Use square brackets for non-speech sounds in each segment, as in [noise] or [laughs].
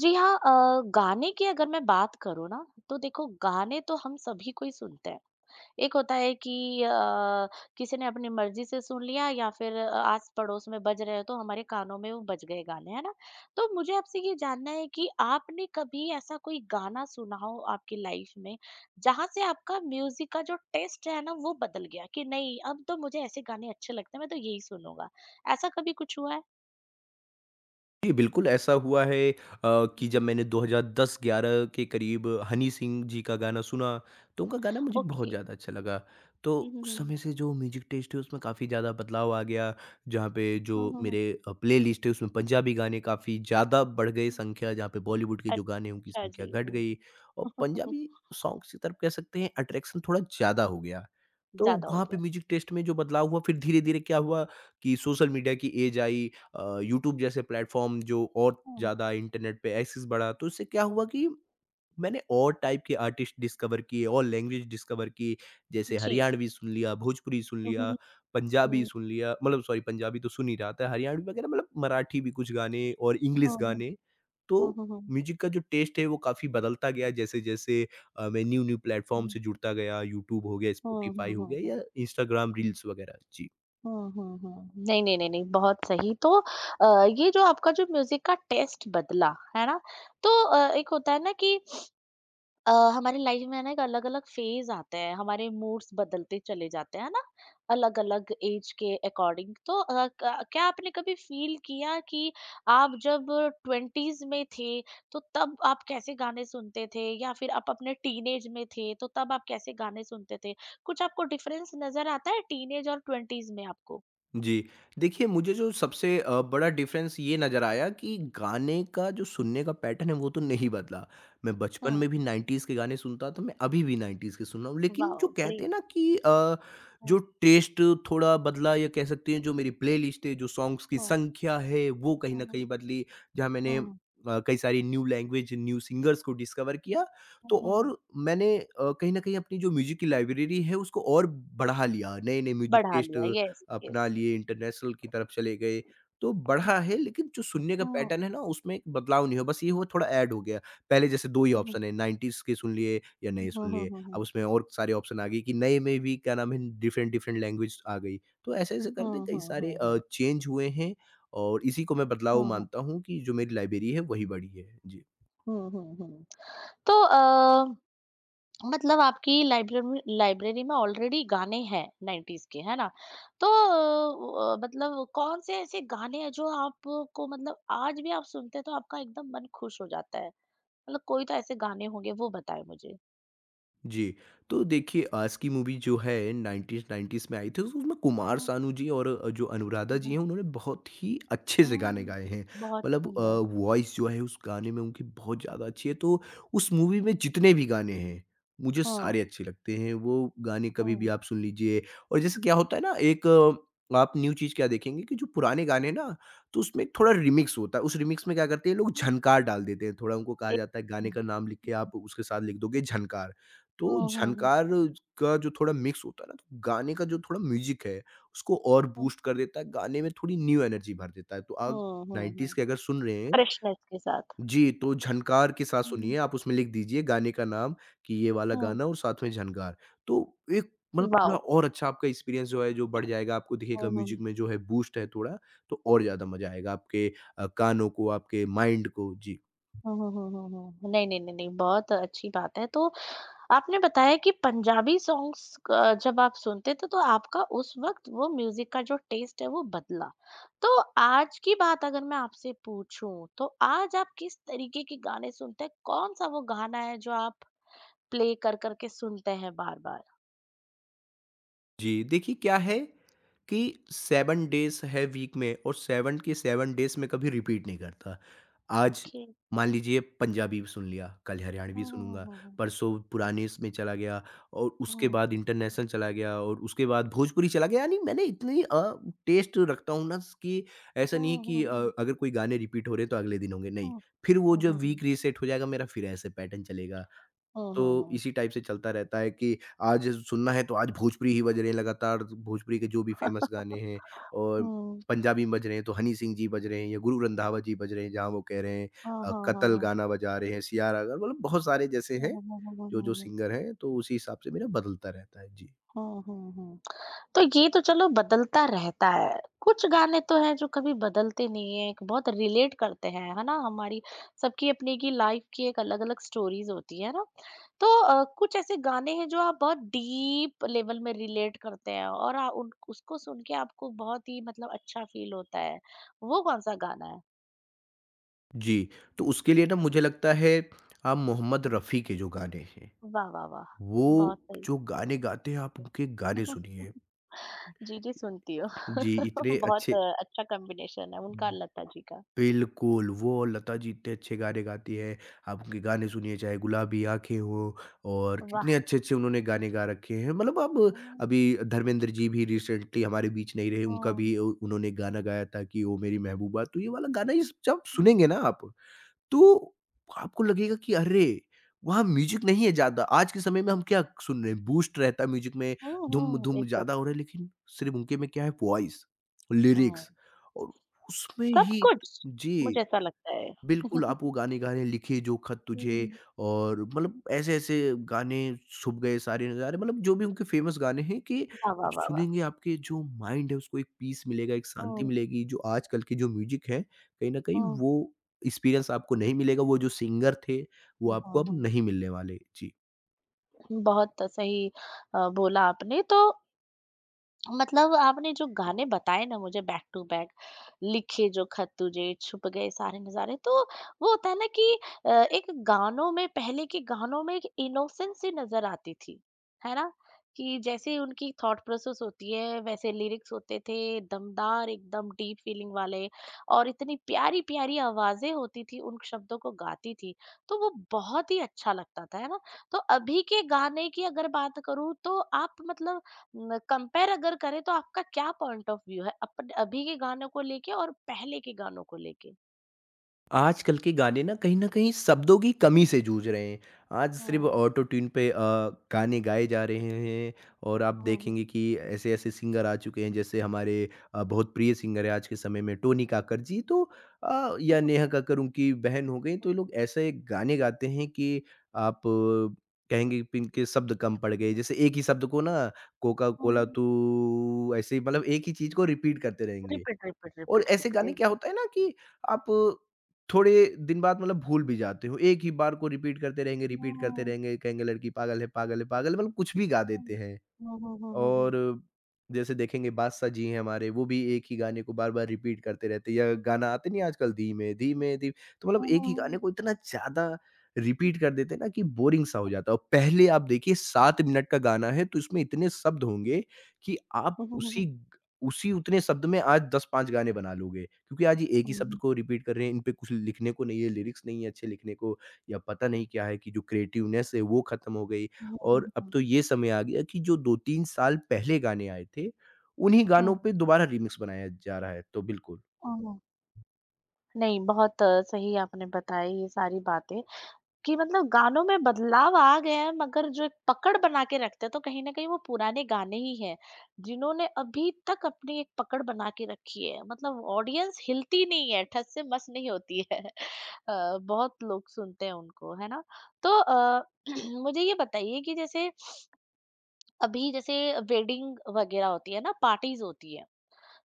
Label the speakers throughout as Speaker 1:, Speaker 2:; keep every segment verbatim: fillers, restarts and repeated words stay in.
Speaker 1: जी हाँ अ, गाने की अगर मैं बात करूँ ना तो देखो गाने तो हम सभी को ही सुनते हैं। एक होता है कि अ, किसी ने अपनी मर्जी से सुन लिया या फिर अ, आस पड़ोस में बज रहे हो तो हमारे कानों में वो बज गए गाने है ना। तो मुझे आपसे ये जानना है कि आपने कभी ऐसा कोई गाना सुना हो आपकी लाइफ में जहां से आपका म्यूजिक का जो टेस्ट है ना वो बदल गया कि नहीं? अब तो मुझे ऐसे गाने अच्छे लगते हैं, मैं तो यही सुनूंगा। ऐसा कभी कुछ हुआ है?
Speaker 2: जी, बिल्कुल ऐसा हुआ है अ,
Speaker 1: ओके,
Speaker 2: कि जब
Speaker 1: हम्म।
Speaker 2: मैंने दो हज़ार दस-ग्यारह के करीब हनी सिंह जी का गाना सुना, तो उनका गाना मुझे बहुत
Speaker 1: ओके।
Speaker 2: ज़्यादा अच्छा लगा। तो
Speaker 1: हम्म, हम्म,
Speaker 2: उस
Speaker 1: हम्म,
Speaker 2: समय से जो म्यूज़िक टेस्ट है उसमें काफ़ी ज़्यादा बदलाव आ गया, जहाँ पे
Speaker 1: हम्म,
Speaker 2: जो
Speaker 1: हम्म, हम्म।
Speaker 2: मेरे अ, प्लेलिस्ट है उसमें पंजाबी गाने काफ़ी ज़्यादा बढ़ गए संख्या, जहाँ पे बॉलीवुड के जो गाने हैं उनकी
Speaker 1: अच्छा
Speaker 2: संख्या
Speaker 1: जी,
Speaker 2: घट गई,
Speaker 1: हुँ।
Speaker 2: और पंजाबी सॉन्ग्स की तरफ कह सकते हैं अट्रैक्शन थोड़ा ज़्यादा हो गया। तो
Speaker 1: ज़्यादा [laughs] हो
Speaker 2: वहाँ पे
Speaker 1: गया।
Speaker 2: म्यूज़िक टेस्ट में जो बदलाव हुआ, फिर धीरे-धीरे क्या हुआ कि सोशल मीडिया की ऐज आई। अ, यूट्यूब जैसे प्लेटफ़ॉर्म जो, और
Speaker 1: हुँ,
Speaker 2: ज़्यादा इंटरनेट पे एक्सेस बढ़ा, तो इससे क्या हुआ कि मैंने और टाइप के आर्टिस्ट डिस्कवर किए और लैंग्वेज डिस्कवर की। जैसे
Speaker 1: जी।
Speaker 2: हरियाणवी सुन लिया, भोजपुरी सुन
Speaker 1: हुँ, हुँ,
Speaker 2: लिया,
Speaker 1: हुँ।
Speaker 2: पंजाबी
Speaker 1: हुँ,
Speaker 2: सुन लिया, मतलब सॉरी, पंजाबी तो सुन ही रहा था, हरियाणवी वगैरह, मतलब मराठी भी कुछ गाने, और इंग्लिश
Speaker 1: हुँ।
Speaker 2: गाने। तो
Speaker 1: हुँ, हुँ, हुँ।
Speaker 2: म्यूज़िक का जो टेस्ट है वो काफ़ी बदलता गया, जैसे-जैसे अ, मैं न्यू-न्यू प्लेटफ़ॉर्म
Speaker 1: हुँ।
Speaker 2: से जुड़ता गया, यूट्यूब हो गया,
Speaker 1: हुँ,
Speaker 2: स्पॉटिफ़ाई
Speaker 1: हुँ,
Speaker 2: हो
Speaker 1: हुँ,
Speaker 2: गया,
Speaker 1: हुँ।
Speaker 2: या इंस्टाग्राम रील्स वगैरह। जी।
Speaker 1: हुँ, हुँ, हुँ। नहीं, नहीं, नहीं, नहीं, बहुत सही। तो अ, ये जो आपका जो म्यूज़िक का टेस्ट बदला, है ना? तो अ, एक होता है ना कि अ, हमारी लाइफ में ना एक अलग-अलग फेज आते हैं, हमारे मूड्स बदलते चले जाते हैं, है ना? अलग-अलग एज के अकॉर्डिंग। तो अ, क क्या आपने कभी फ़ील किया कि आप जब ट्वेंटीज़ में थे, तो तब आप कैसे गाने सुनते थे? या फिर आप अपने टीनेज में थे, तो तब आप कैसे गाने सुनते थे? कुछ आपको डिफरेंस नज़र आता है टीनेज और ट्वेंटीज़ में आपको?
Speaker 2: जी। देखिए, मुझे जो सबसे अ, बड़ा डिफ़रेंस ये नज़र आया कि गाने का जो सुनने का पैटर्न है, वो तो नहीं बदला। मैं बचपन
Speaker 1: हुँ,
Speaker 2: में भी नाइंटीज के गाने सुनता था, मैं अभी भी नाइंटीज के सुन रहा हूँ। लेकिन जो
Speaker 1: वाओ!
Speaker 2: कहते
Speaker 1: ग्रेट।
Speaker 2: हैं ना कि अ, जो
Speaker 1: हुँ,
Speaker 2: टेस्ट थोड़ा बदला, या कह सकते हैं जो मेरी प्लेलिस्ट है, जो सॉन्ग्स की
Speaker 1: हुँ,
Speaker 2: संख्या है, वो कहीं न
Speaker 1: हुँ, हुँ,
Speaker 2: कहीं बदली। जहाँ मैंने
Speaker 1: हुँ, हुँ,
Speaker 2: अ, कई सारी न्यू लैंग्वेज, न्यू सिंगर्स को डिस्कवर किया,
Speaker 1: हुँ,
Speaker 2: तो
Speaker 1: हुँ, हुँ।
Speaker 2: और मैंने अ, कहीं न कहीं अपनी जो म्यूज़िक की लाइब्रेरी है, उसको और बढ़ा लिया। नए-नए म्यूज़िक
Speaker 1: बढ़ा
Speaker 2: टेस्ट
Speaker 1: लिया, यस,
Speaker 2: अपना
Speaker 1: यस।
Speaker 2: लिए, इंटरनेशनल की तरफ चले गए, तो बढ़ा है, लेकिन जो सुनने का
Speaker 1: हुँ,
Speaker 2: पैटर्न है ना उसमें एक बदलाव नहीं हुआ, बस ये हुआ थोड़ा ऐड हो गया। पहले जैसे दो ही
Speaker 1: हुँ, हुँ,
Speaker 2: ऑप्शन है, नाइंटीज के सुन लिए या नए सुन
Speaker 1: हुँ, हुँ,
Speaker 2: लिए,
Speaker 1: हुँ,
Speaker 2: अब
Speaker 1: हुँ।
Speaker 2: उसमें और सारे ऑप्शन आ गए कि नए में भी क्या नाम है, डिफरेंट-डिफरेंट लैंग्वेज आ गई। तो ऐसे-ऐसे करके
Speaker 1: हुँ,
Speaker 2: कई
Speaker 1: हुँ,
Speaker 2: सारे
Speaker 1: हुँ,
Speaker 2: अ,
Speaker 1: हुँ।
Speaker 2: चेंज हुए हैं, और इसी को मैं बदलाव
Speaker 1: हुँ, हुँ।
Speaker 2: मानता हूँ कि जो मेरी लाइब्रेरी है वही बढ़ी है। जी।
Speaker 1: हुँ, हुँ, हुँ। तो अ, मतलब आपकी लाइब्रेरी लाइब्रेरी में ऑलरेडी गाने हैं नाइंटीज़ के, है ना? तो अ अ, मतलब कौन से ऐसे गाने हैं जो आपको मतलब आज भी आप सुनते हैं तो आपका एकदम मन खुश हो जाता है? मतलब कोई तो ऐसे गाने होंगे, वो बताएँ मुझे?
Speaker 2: जी, तो देखिए आज की मूवी जो है नाइंटीन नाइंटीज में आई थी, उस उसमें कुमार
Speaker 1: हुँ,
Speaker 2: सानू जी और अ, जो अनुराधा
Speaker 1: हुँ,
Speaker 2: जी हैं,
Speaker 1: हुँ।
Speaker 2: उन्होंने बहुत ही अच्छे से गाने
Speaker 1: हुँ,
Speaker 2: गाए हैं।
Speaker 1: बहुत
Speaker 2: मतलब अ,
Speaker 1: सुंदर।
Speaker 2: वॉइस जो है उस गाने में उनकी बहुत ज़्यादा अच्छी है, तो उस मूवी में जितने भी गाने हैं, मुझे
Speaker 1: हाँ,
Speaker 2: सारे अच्छे लगते हैं। वो गाने कभी भी
Speaker 1: हाँ।
Speaker 2: आप सुन लीजिए। और जैसे क्या होता है ना, एक अ, आप न्यू चीज़ क्या देखेंगे कि जो पुराने गाने ना, तो उसमें एक थोड़ा रिमिक्स होता है। उस रिमिक्स में क्या करते हैं, लोग
Speaker 1: हुँ,
Speaker 2: झनकार डाल देते हैं, थोड़ा उनको कहा
Speaker 1: एक
Speaker 2: जाता है, गाने का नाम लिख के आप उसके साथ लिख दोगे झनकार। तो
Speaker 1: हुँ, हुँ, हुँ,
Speaker 2: झनकार का जो थोड़ा मिक्स होता है ना, तो गाने का जो थोड़ा म्यूज़िक है, उसको और
Speaker 1: हुँ।
Speaker 2: बूस्ट कर देता है, गाने में थोड़ी न्यू एनर्जी भर देता है। तो आप
Speaker 1: हुँ, हुँ,
Speaker 2: नाइंटीज
Speaker 1: हुँ।
Speaker 2: के अगर सुन रहे हैं
Speaker 1: फ्रेशनेस के साथ।
Speaker 2: जी, तो झनकार के साथ
Speaker 1: हुँ,
Speaker 2: सुनिए, आप उसमें लिख दीजिए गाने का नाम कि ये वाला
Speaker 1: हुँ।
Speaker 2: गाना और साथ में झनकार। तो एक मतलब थोड़ा
Speaker 1: वाओ!
Speaker 2: और अच्छा आपका एक्सपीरियंस जो है, जो बढ़ जाएगा, आपको दिखेगा
Speaker 1: हुँ, हुँ।
Speaker 2: म्यूज़िक में जो है बूस्ट है थोड़ा, तो और ज़्यादा मज़ा आएगा आपके अ, कानों को, आपके माइंड को। जी।
Speaker 1: हुँ, हुँ, हुँ, हुँ, हुँ। नहीं, नहीं, नहीं, नहीं, बहुत अच्छी बात है। तो आपने बताया कि पंजाबी सॉन्ग्स अ, जब आप सुनते थे तो आपका उस वक़्त वो म्यूज़िक का जो टेस्ट है वो बदला। तो आज की बात अगर मैं आपसे पूछूँ, तो आज आप किस तरीके के गाने सुनते हैं? कौन-सा वो गाना है जो आप प्ले कर कर के सुनते हैं बार-बार?
Speaker 2: जी, देखिए क्या है कि सेवन डेज़ है वीक में, और सेवन के सेवन डेज़ मैं कभी रिपीट नहीं करता। आज
Speaker 1: ओके।
Speaker 2: मान लीजिए पंजाबी सुन लिया, कल हरियाणवी
Speaker 1: हुँ, हुँ,
Speaker 2: सुनूँगा,
Speaker 1: हुँ, हुँ,
Speaker 2: परसों पुराने इसमें चला गया, और उसके
Speaker 1: हुँ।
Speaker 2: बाद इंटरनेशनल चला गया, और उसके बाद भोजपुरी चला गया। यानी मैंने इतनी अ, टेस्ट रखता हूँ ना, कि ऐसा नहीं है
Speaker 1: हुँ,
Speaker 2: कि अ,
Speaker 1: हुँ,
Speaker 2: अगर कोई गाने रिपीट हो रहे हैं तो अगले दिन होंगे, नहीं। फिर वो
Speaker 1: हुँ,
Speaker 2: जो
Speaker 1: हुँ, हुँ।
Speaker 2: वीक रीसेट हो जाएगा मेरा, फिर ऐसे पैटर्न चलेगा।
Speaker 1: हुँ, हुँ, हुँ। हुँ,
Speaker 2: तो
Speaker 1: हुँ, हुँ।
Speaker 2: इसी टाइप से चलता रहता है कि आज सुनना है तो आज भोजपुरी ही बज रहे हैं लगातार, भोजपुरी के जो भी फ़ेमस गाने हैं, और
Speaker 1: हुँ।
Speaker 2: पंजाबी में बज रहे हैं तो हनी सिंह जी बज रहे हैं, या गुरु रंधावा जी बज रहे हैं, जहाँ वो कह रहे हैं
Speaker 1: हाँ,
Speaker 2: अ,
Speaker 1: हाँ, हाँ,
Speaker 2: कतल
Speaker 1: हाँ।
Speaker 2: गाना बजा रहे हैं, सियारा अगर, मतलब बहुत सारे जैसे
Speaker 1: हुँ,
Speaker 2: हैं,
Speaker 1: हुँ, हुँ, हुँ, हुँ,
Speaker 2: जो-जो
Speaker 1: हुँ, हुँ।
Speaker 2: सिंगर हैं, तो उसी हिसाब से मेरा बदलता रहता है। जी।
Speaker 1: हुँ, हुँ, हुँ। तो ये तो चलो बदलता रहता है। कुछ गाने तो हैं जो कभी बदलते नहीं हैं, एक बहुत रिलेट करते हैं, है ना? हमारी सबकी अपनी की लाइफ़ की एक अलग-अलग स्टोरीज़ होती है ना? तो अ, कुछ ऐसे गाने हैं जो आप बहुत डीप लेवल में रिलेट करते हैं और अ, उन उसको सुन के आपको बहुत ही मतलब अच्छा फ़ील होता है। वो कौन-सा गाना है?
Speaker 2: जी, तो उसके लिए ना मुझे लगता है आप मोहम्मद रफ़ी के जो गाने हैं,
Speaker 1: वाह, वाह, वाह! बहुत
Speaker 2: वो
Speaker 1: सही।
Speaker 2: जो गाने गाते हैं, आप उनके गाने
Speaker 1: [laughs]
Speaker 2: सुनिए।
Speaker 1: जी, जी, सुनती हूँ।
Speaker 2: जी, इतने
Speaker 1: [laughs] बहुत
Speaker 2: अच्छे।
Speaker 1: अ, अच्छा कॉम्बिनेशन है उनका और लता जी का।
Speaker 2: बिल्कुल, वो लता जी इतने अच्छे गाने गाती हैं। आप उनके गाने सुनिए, चाहे गुलाबी आँखें हो, और
Speaker 1: वाह!
Speaker 2: कितने अच्छे-अच्छे उन्होंने गाने गा रखे हैं। मतलब अब
Speaker 1: हुँ,
Speaker 2: अभी धर्मेंद्र जी भी रिसेंटली हमारे बीच नहीं रहे, उनका
Speaker 1: हुँ।
Speaker 2: भी उ उन्होंने गाना गाया था कि ओ मेरी महबूबा, तो ये वाला गाना, ये जब
Speaker 1: हुँ।
Speaker 2: सुनेंगे ना आप, तो आपको लगेगा कि अरे! वहाँ म्यूज़िक नहीं है ज़्यादा, आज के समय में हम क्या सुन रहे हैं, बूस्ट रहता है म्यूज़िक में,
Speaker 1: हुँ, हुँ,
Speaker 2: धुम-धुम
Speaker 1: एकदम
Speaker 2: ज़्यादा हो रहा है, लेकिन सिर्फ़ उनके में क्या है, वॉइस,
Speaker 1: हुँ,
Speaker 2: लिरिक्स, और उसमें
Speaker 1: सब
Speaker 2: ही।
Speaker 1: कुछ, मुझे
Speaker 2: जी।
Speaker 1: ऐसा लगता है।
Speaker 2: बिल्कुल, आप
Speaker 1: [laughs]
Speaker 2: वो गाने-गाने, लिखे जो खत
Speaker 1: हुँ,
Speaker 2: तुझे, और मतलब ऐसे-ऐसे गाने, छुप गए सारे नज़ारे, मतलब जो भी उनके फ़ेमस गाने हैं, कि
Speaker 1: वाह, वाह,
Speaker 2: आप
Speaker 1: वाह, वाह!
Speaker 2: सुनेंगे, आपके जो माइंड है उसको एक पीस मिलेगा, एक शांति
Speaker 1: हुँ,
Speaker 2: मिलेगी। जो आजकल के जो म्यूज़िक है, कहीं न कहीं
Speaker 1: हुँ,
Speaker 2: वो एक्सपीरियंस आपको नहीं मिलेगा, वो जो सिंगर थे, वो
Speaker 1: हुँ,
Speaker 2: आपको
Speaker 1: हुँ,
Speaker 2: अब
Speaker 1: हुँ।
Speaker 2: नहीं मिलने वाले। जी।
Speaker 1: बहुत सही अ, बोला आपने। तो मतलब आपने जो गाने बताए ना मुझे बैक टू बैक, लिखे जो खत तुझे, छुप गए सारे नजारे, तो वो होता है ना कि अ, एक गानों में, पहले के गानों में एक इनोसेंसी नजर आती थी, है ना? कि जैसे उनकी थॉट प्रोसेस होती है वैसे लिरिक्स होते थे, दमदार एकदम डीप फीलिंग वाले, और इतनी प्यारी प्यारी आवाजें होती थी उन शब्दों को गाती थी, तो वो बहुत ही अच्छा लगता था, है ना? तो अभी के गाने की अगर बात करूं तो आप मतलब कंपेयर अगर करें तो आपका क्या पॉइंट ऑफ व्यू है अपन अभी के गानों को लेके और पहले के गानों को लेके?
Speaker 2: आजकल के गाने ना कहीं न कहीं शब्दों की कमी से जूझ रहे हैं। आज सिर्फ़
Speaker 1: हम्म,
Speaker 2: ऑटो ट्यून पे अ, गाने गाए जा रहे हैं, और आप
Speaker 1: हम्म,
Speaker 2: देखेंगे कि ऐसे-ऐसे सिंगर आ चुके हैं, जैसे हमारे अ, बहुत प्रिय सिंगर हैं आज के समय में टोनी कक्कड़ जी, तो अ, या नेहा कक्कड़ उनकी बहन हो गईं, तो ये लोग ऐसे गाने गाते हैं कि आप अ, कहेंगे कि इनके शब्द कम पड़ गए। जैसे एक ही शब्द को ना, कोका-कोला
Speaker 1: हम्म,
Speaker 2: तू, ऐसे ही, मतलब एक ही चीज़ को रिपीट करते रहेंगे।
Speaker 1: रिपीट रिपीट
Speaker 2: और
Speaker 1: रिपीट
Speaker 2: ऐसे
Speaker 1: रिपीट
Speaker 2: गाने क्या
Speaker 1: एकदम
Speaker 2: होता है ना कि आप थोड़े दिन बाद मतलब भूल भी जाते हो। एक ही बार को रिपीट करते रहेंगे, रिपीट करते
Speaker 1: हम्म,
Speaker 2: रहेंगे, कहेंगे लड़की पागल है, पागल है, पागल है, मतलब कुछ भी गा देते
Speaker 1: हम्म,
Speaker 2: हैं।
Speaker 1: हम्म, हम्म, हम्म।
Speaker 2: और जैसे देखेंगे बादशाह जी हैं हमारे, वो भी एक ही गाने को बार-बार रिपीट करते रहते हैं, या गाना आते नहीं आजकल धीमे, धीमे धी, तो मतलब एक ही गाने को इतना ज़्यादा रिपीट कर देते हैं ना कि बोरिंग सा हो जाता है। और पहले आप देखिए सात मिनट का गाना है तो इसमें इतने शब्द होंगे कि आप
Speaker 1: हम्म, हम्म,
Speaker 2: उसी
Speaker 1: हम्म,
Speaker 2: ग उसी उतने शब्द में आज दस पाँच गाने बना लोगे। क्योंकि आज ये एक ही शब्द
Speaker 1: हम्म,
Speaker 2: को रिपीट कर रहे हैं, इन पे कुछ लिखने को नहीं है, लिरिक्स नहीं है अच्छे लिखने को, या पता नहीं क्या है कि जो क्रिएटिवनेस है वो खत्म हो गई। और अब
Speaker 1: हम्म,
Speaker 2: तो ये समय आ गया कि जो दो-तीन साल पहले गाने आए थे, उन्हीं गानों
Speaker 1: हम्म,
Speaker 2: पे दोबारा रीमिक्स बनाया जा रहा है। तो बिल्कुल।
Speaker 1: हम्म। नहीं, बहुत अ, सही आपने बताई ये सारी बातें कि मतलब गानों में बदलाव आ गए हैं मगर जो एक पकड़ बना के रखते हैं तो कहीं ना कहीं वो पुराने गाने ही हैं जिन्होंने अभी तक अपनी एक पकड़ बना के रखी है। मतलब ऑडियंस हिलती नहीं है, ठस से मस नहीं होती है [laughs] अ, बहुत लोग सुनते हैं उनको, है ना? तो अ, [clears throat] मुझे ये बताइए कि जैसे अभी जैसे वेडिंग वगैरह होती है ना, पार्टीज होती है,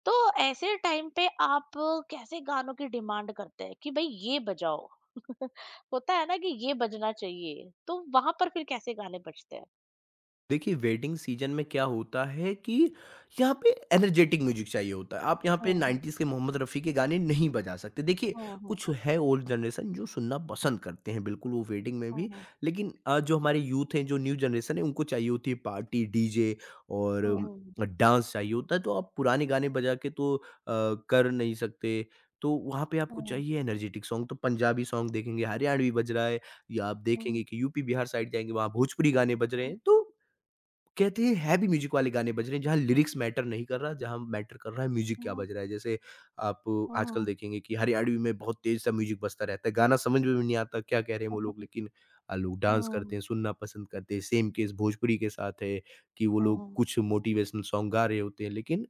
Speaker 1: तो ऐसे टाइम पे आप कैसे गानों की डिमांड करते हैं कि भाई ये बजाओ [laughs] होता है ना कि ये बजना चाहिए, तो वहां पर फिर कैसे गाने बजते हैं?
Speaker 2: देखिए, वेडिंग सीज़न में क्या होता है कि यहाँ पे एनर्जेटिक म्यूज़िक चाहिए होता है। आप यहाँ पे
Speaker 1: हम्म,
Speaker 2: नाइंटीज के मोहम्मद रफ़ी के गाने नहीं बजा सकते। देखिए,
Speaker 1: हम्म,
Speaker 2: कुछ
Speaker 1: हम्म,
Speaker 2: है ओल्ड जनरेशन जो सुनना पसंद करते हैं बिल्कुल, वो वेडिंग में भी।
Speaker 1: हम्म,
Speaker 2: लेकिन अ, जो हमारे यूथ हैं, जो न्यू जनरेशन है, उनको चाहिए होती है पार्टी, डीजे और
Speaker 1: हम्म,
Speaker 2: अ, डांस चाहिए होता है। तो आप पुराने गाने बजा के तो अ, कर नहीं सकते। तो वहाँ पे आपको
Speaker 1: हम्म,
Speaker 2: चाहिए एनर्जेटिक सॉन्ग, तो पंजाबी सॉन्ग देखेंगे, हरियाणवी बज रहा है, या आप देखेंगे
Speaker 1: हम्म,
Speaker 2: कि यूपी, बिहार साइड जाएँगे वहाँ भोजपुरी गाने बज रहे हैं। तो कहते हैं हैवी म्यूजिक वाले गाने बज रहे हैं, जहाँ लिरिक्स मैटर नहीं कर रहा, जहाँ मैटर कर रहा है म्यूजिक क्या बज रहा है। जैसे आप आजकल
Speaker 1: हम्म,
Speaker 2: देखेंगे कि हरियाणवी में बहुत तेज सा म्यूजिक बजता रहता है, गाना समझ में भी नहीं आता क्या कह रहे हैं वो लोग, लेकिन आ, लोग डांस
Speaker 1: हम्म,
Speaker 2: करते हैं, सुनना पसंद करते हैं। सेम केस भोजपुरी के साथ है कि वो लोग
Speaker 1: हम्म,
Speaker 2: कुछ मोटिवेशनल सॉन्ग गा रहे होते हैं, लेकिन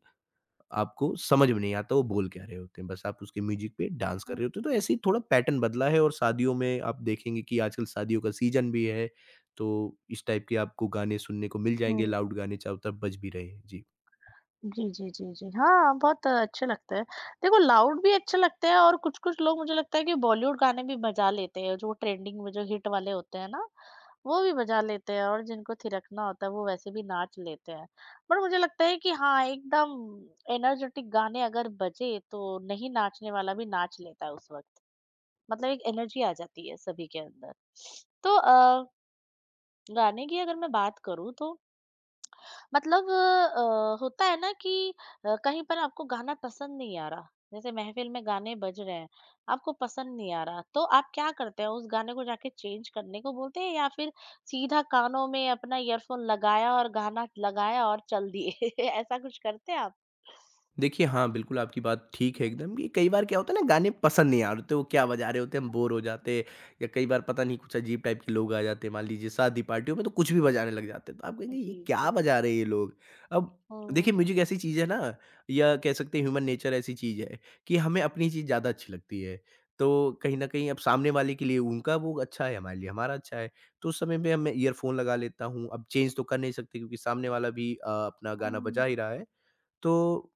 Speaker 2: आपको समझ में नहीं आता वो बोल क्या रहे होते हैं, बस आप उसके म्यूज़िक पे डांस कर रहे होते हो, तो ऐसे ही थोड़ा पैटर्न बदला है। और शादियों में आप देखेंगे कि आजकल शादियों का सीज़न भी है, तो इस टाइप के आपको गाने सुनने को मिल जाएँगे,
Speaker 1: हम्म,
Speaker 2: लाउड गाने चारों तरफ बज भी रहे हैं। जी।
Speaker 1: जी, जी, जी, जी, हाँ, बहुत अच्छे लगते हैं। देखो लाउड भी अच्छे लगते हैं, और कुछ कुछ लोग, मुझे लगता है कि बॉलीवुड गाने भी बजा लेते हैं जो ट्रेंडिंग में जो हिट वाले होते हैं ना, वो भी बजा लेते हैं, और जिनको थिरकना होता है वो वैसे भी नाच लेते हैं। पर मुझे लगता है कि हाँ, एकदम एनर्जेटिक गाने अगर बजे तो नहीं नाचने वाला भी नाच लेता है उस वक़्त। मतलब एक एनर्जी आ जाती है सभी के अंदर। तो अ, गाने की अगर मैं बात करूँ तो मतलब अ, होता है ना कि अ, कहीं पर आपको गाना पसंद नहीं आ रहा, जैसे महफिल में गाने बज रहे हैं आपको पसंद नहीं आ रहा, तो आप क्या करते हैं? उस गाने को जाके चेंज करने को बोलते हैं या फिर सीधा कानों में अपना ईयरफोन लगाया और गाना लगाया और चल दिए [laughs] ऐसा कुछ करते हैं आप?
Speaker 2: देखिए, हाँ, बिल्कुल आपकी बात ठीक है
Speaker 1: हम्म,
Speaker 2: एकदम, कि कई बार क्या होता है ना, गाने पसंद नहीं आ रहे होते, वो क्या बजा रहे होते हैं, हम बोर हो जाते हैं, या कई बार पता नहीं कुछ अजीब टाइप के लोग आ जाते हैं। मान लीजिए शादी पार्टियों में तो कुछ भी बजाने लग जाते हैं, तो आप कहेंगे ये
Speaker 1: जी,
Speaker 2: क्या
Speaker 1: जी।
Speaker 2: बजा रहे हैं ये लोग? अब
Speaker 1: हम्म,
Speaker 2: देखिए, म्यूज़िक ऐसी चीज़ है ना, या कह सकते हैं ह्यूमन नेचर ऐसी चीज़ है कि हमें अपनी चीज़ ज़्यादा अच्छी लगती है। तो कहीं न कहीं, अब सामने वाले के लिए उनका वो अच्छा है, हमारे लिए हमारा अच्छा है, तो उस समय पे अब मैं ईयरफ़ोन लगा लेता हूँ। अब चेंज तो कर नहीं सकते, क्योंकि सामने वाला भी अ, अपना गाना बजा
Speaker 1: हम्म।
Speaker 2: ही रहा है। तो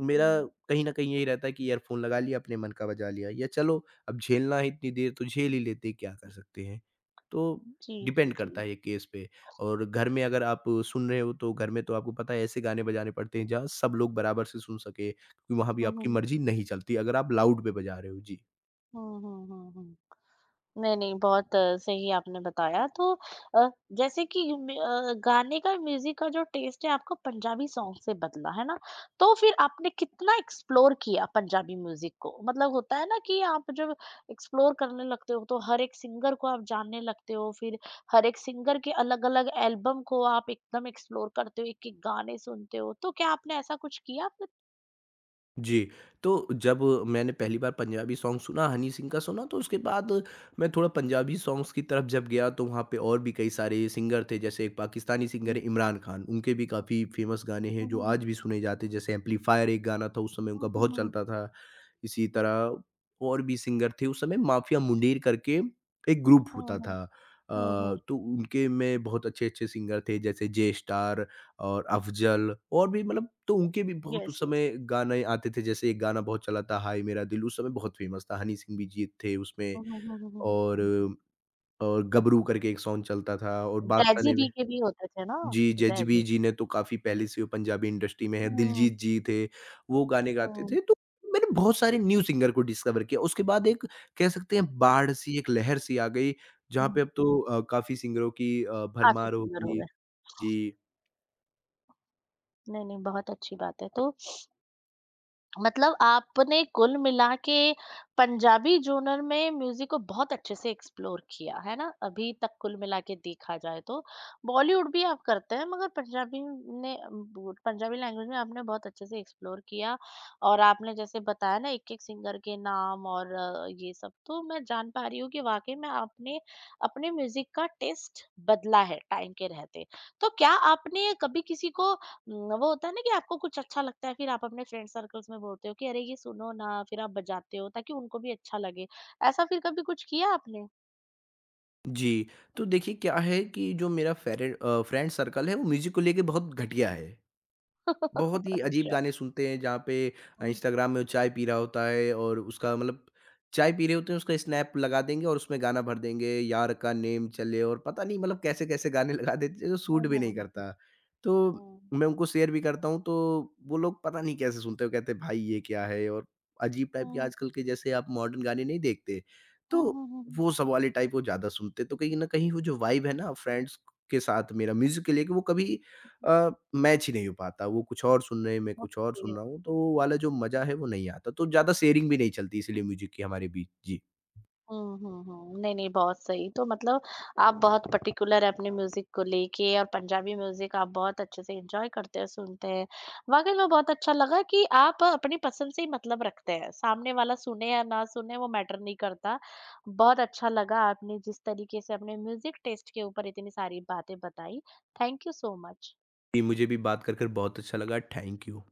Speaker 2: मेरा
Speaker 1: हम्म,
Speaker 2: कहीं न कहीं यही रहता है कि ईयरफ़ोन लगा लिया, अपने मन का बजा लिया, या चलो अब झेलना है इतनी देर तो झेल ही लेते हैं, क्या कर सकते हैं। तो
Speaker 1: जी, जी,
Speaker 2: डिपेंड
Speaker 1: जी।
Speaker 2: करता है ये केस पे। और घर में अगर आप सुन रहे हो, तो घर में तो आपको पता है, ऐसे गाने बजाने पड़ते हैं जहाँ सब लोग बराबर से सुन सकें, क्योंकि वहाँ भी
Speaker 1: हम्म,
Speaker 2: आपकी
Speaker 1: हम्म,
Speaker 2: मर्ज़ी नहीं चलती अगर आप लाउड पे बजा रहे हो। जी।
Speaker 1: हम्म, हम्म, हम्म। नहीं, नहीं, बहुत अ, सही आपने बताया। तो अ, जैसे कि मे अ, गाने का म्यूज़िक का जो टेस्ट है आपका पंजाबी सॉन्ग से बदला, है ना? तो फिर आपने कितना एक्सप्लोर किया पंजाबी म्यूज़िक को? मतलब होता है ना कि आप जब एक्सप्लोर करने लगते हो तो हर एक सिंगर को आप जानने लगते हो, फिर हर एक सिंगर के अलग-अलग एल्बम को आप एकदम एक्सप्लोर करते हो, एक-एक गाने सुनते हो, तो क्या आपने ऐसा कुछ किया फिर?
Speaker 2: जी, तो जब मैंने पहली बार पंजाबी सॉन्ग सुना, हनी सिंह का सुना, तो उसके बाद मैं थोड़ा पंजाबी सॉन्ग्स की तरफ जब गया, तो वहाँ पे और भी कई सारे सिंगर थे। जैसे एक पाकिस्तानी
Speaker 1: हुँ,
Speaker 2: सिंगर है इमरान खान, उनके भी काफ़ी फ़ेमस गाने हैं,
Speaker 1: हुँ,
Speaker 2: जो
Speaker 1: हुँ,
Speaker 2: आज
Speaker 1: हुँ।
Speaker 2: भी सुने जाते हैं। जैसे एम्पलीफायर एक गाना था, उस समय उनका
Speaker 1: हुँ, हुँ,
Speaker 2: बहुत
Speaker 1: हुँ।
Speaker 2: चलता था। इसी तरह और भी सिंगर थे उस समय, माफिया मुंडेर करके एक ग्रुप
Speaker 1: हुँ,
Speaker 2: होता
Speaker 1: हुँ, हुँ।
Speaker 2: था। अ,
Speaker 1: हुँ, हुँ।
Speaker 2: तो उनके में बहुत अच्छे-अच्छे सिंगर थे, जैसे जे स्टार और अफ़ज़ल और भी, मतलब तो उनके भी बहुत
Speaker 1: यस,
Speaker 2: उस
Speaker 1: यस।
Speaker 2: समय गाने आते थे। जैसे एक गाना बहुत चला था हाय मेरा दिल, उस समय बहुत फ़ेमस था। हनी सिंह भी जी थे उसमें।
Speaker 1: हुँ, हुँ, हुँ, हुँ, हुँ,
Speaker 2: और
Speaker 1: हुँ।
Speaker 2: और गबरू करके एक सॉन्ग चलता था, और बादशाह
Speaker 1: ज़ेज़ी
Speaker 2: ने भी
Speaker 1: बी के भी होते थे ना,
Speaker 2: जी,
Speaker 1: ज़ेज़ी
Speaker 2: जज़्बी जी
Speaker 1: बी।
Speaker 2: ने तो काफ़ी पहले से, वो पंजाबी इंडस्ट्री में है,
Speaker 1: हुँ,
Speaker 2: दिलजीत जी थे, वो गाने गाते
Speaker 1: हुँ,
Speaker 2: थे। तो मैंने बहुत सारे न्यू सिंगर को डिस्कवर किया। उसके बाद एक, कह सकते हैं बाढ़ सी, एक लहर सी आ गई, जहाँ
Speaker 1: हुँ।
Speaker 2: पे अब तो अ, काफ़ी सिंगरों की अ,
Speaker 1: काफ़ी
Speaker 2: भरमार
Speaker 1: सिंगर हो
Speaker 2: होगी।
Speaker 1: गए।
Speaker 2: जी,
Speaker 1: नहीं, नहीं, बहुत अच्छी बात है। तो मतलब आपने कुल मिला के पंजाबी जोनर में म्यूजिक को बहुत अच्छे से एक्सप्लोर किया, है ना, अभी तक कुल मिला के देखा जाए तो? बॉलीवुड भी आप करते हैं मगर पंजाबी ने वो- पंजाबी लैंग्वेज में आपने बहुत अच्छे से एक्सप्लोर किया, और आपने जैसे बताया ना एक एक सिंगर के नाम और अ, ये सब, तो मैं जान पा रही हूँ कि वाकई में आपने अपने म्यूजिक का टेस्ट बदला है टाइम के रहते। तो क्या आपने कभी किसी को न, वो होता है ना कि आपको कुछ अच्छा लगता है, फिर आप अपने फ्रेंड सर्कल्स में बोलते हो कि अरे ये सुनो ना, फिर आप बजाते हो ताकि उनको भी अच्छा लगे। ऐसा फिर कभी कुछ किया आपने?
Speaker 2: जी। तो देखिए क्या है कि जो मेरा फेरे अ, फ्रेंड सर्कल है, वो म्यूज़िक को लेके बहुत घटिया है। बहुत
Speaker 1: [laughs]
Speaker 2: ही अजीब
Speaker 1: अच्छा।
Speaker 2: गाने सुनते हैं, जहाँ पे अ,
Speaker 1: हुँ,
Speaker 2: इंस्टाग्राम में वो चाय पी रहा होता है और उसका मतलब चाय पी रहे होते हैं, उसका स्नैप लगा देंगे और उसमें गाना भर देंगे यार का नेम चले, और पता नहीं मतलब कैसे कैसे गाने लगा [laughs] देते हैं जो सूट
Speaker 1: हुँ,
Speaker 2: भी नहीं
Speaker 1: हुँ, हुँ,
Speaker 2: करता। तो
Speaker 1: हुँ।
Speaker 2: मैं उनको शेयर भी करता हूँ, तो वो लोग पता नहीं कैसे सुनते हो, कहते हैं, भाई ये क्या है? और अजीब टाइप के
Speaker 1: हुँ,
Speaker 2: आजकल के, जैसे आप मॉडर्न गाने नहीं देखते, तो
Speaker 1: हुँ, हुँ, हुँ, हुँ,
Speaker 2: वो सब वाले टाइप वो ज़्यादा सुनते, तो कहीं ना कहीं वो जो वाइब है ना फ्रेंड्स के साथ मेरा म्यूजिक के लिए, कि वो कभी
Speaker 1: हुँ।
Speaker 2: अ, मैच ही नहीं हो पाता। वो कुछ और सुन रहे हैं, मैं कुछ और
Speaker 1: ओके।
Speaker 2: सुन रहा हूँ, तो वो वाला जो मज़ा है वो नहीं आता। तो ज़्यादा शेयरिंग भी नहीं चलती इसीलिए म्यूज़िक की हमारे बीच। जी।
Speaker 1: हुँ, हुँ, हुँ। नहीं, नहीं, बहुत सही। तो मतलब आप बहुत पर्टिकुलर हैं अपने म्यूज़िक को लेके, और पंजाबी म्यूज़िक आप बहुत अच्छे से एन्जॉय करते हैं, सुनते हैं। वाक़ई में बहुत अच्छा लगा कि आप अपनी पसंद से ही मतलब रखते हैं। सामने वाला सुने या ना सुने वो मैटर नहीं करता। बहुत अच्छा लगा आपने जिस तरीके से अपने म्यूज़िक टेस्ट के ऊपर इतनी सारी बातें बताई। Thank you so much.
Speaker 2: जी, मुझे भी बात कर कर बहुत अच्छा लगा। Thank you.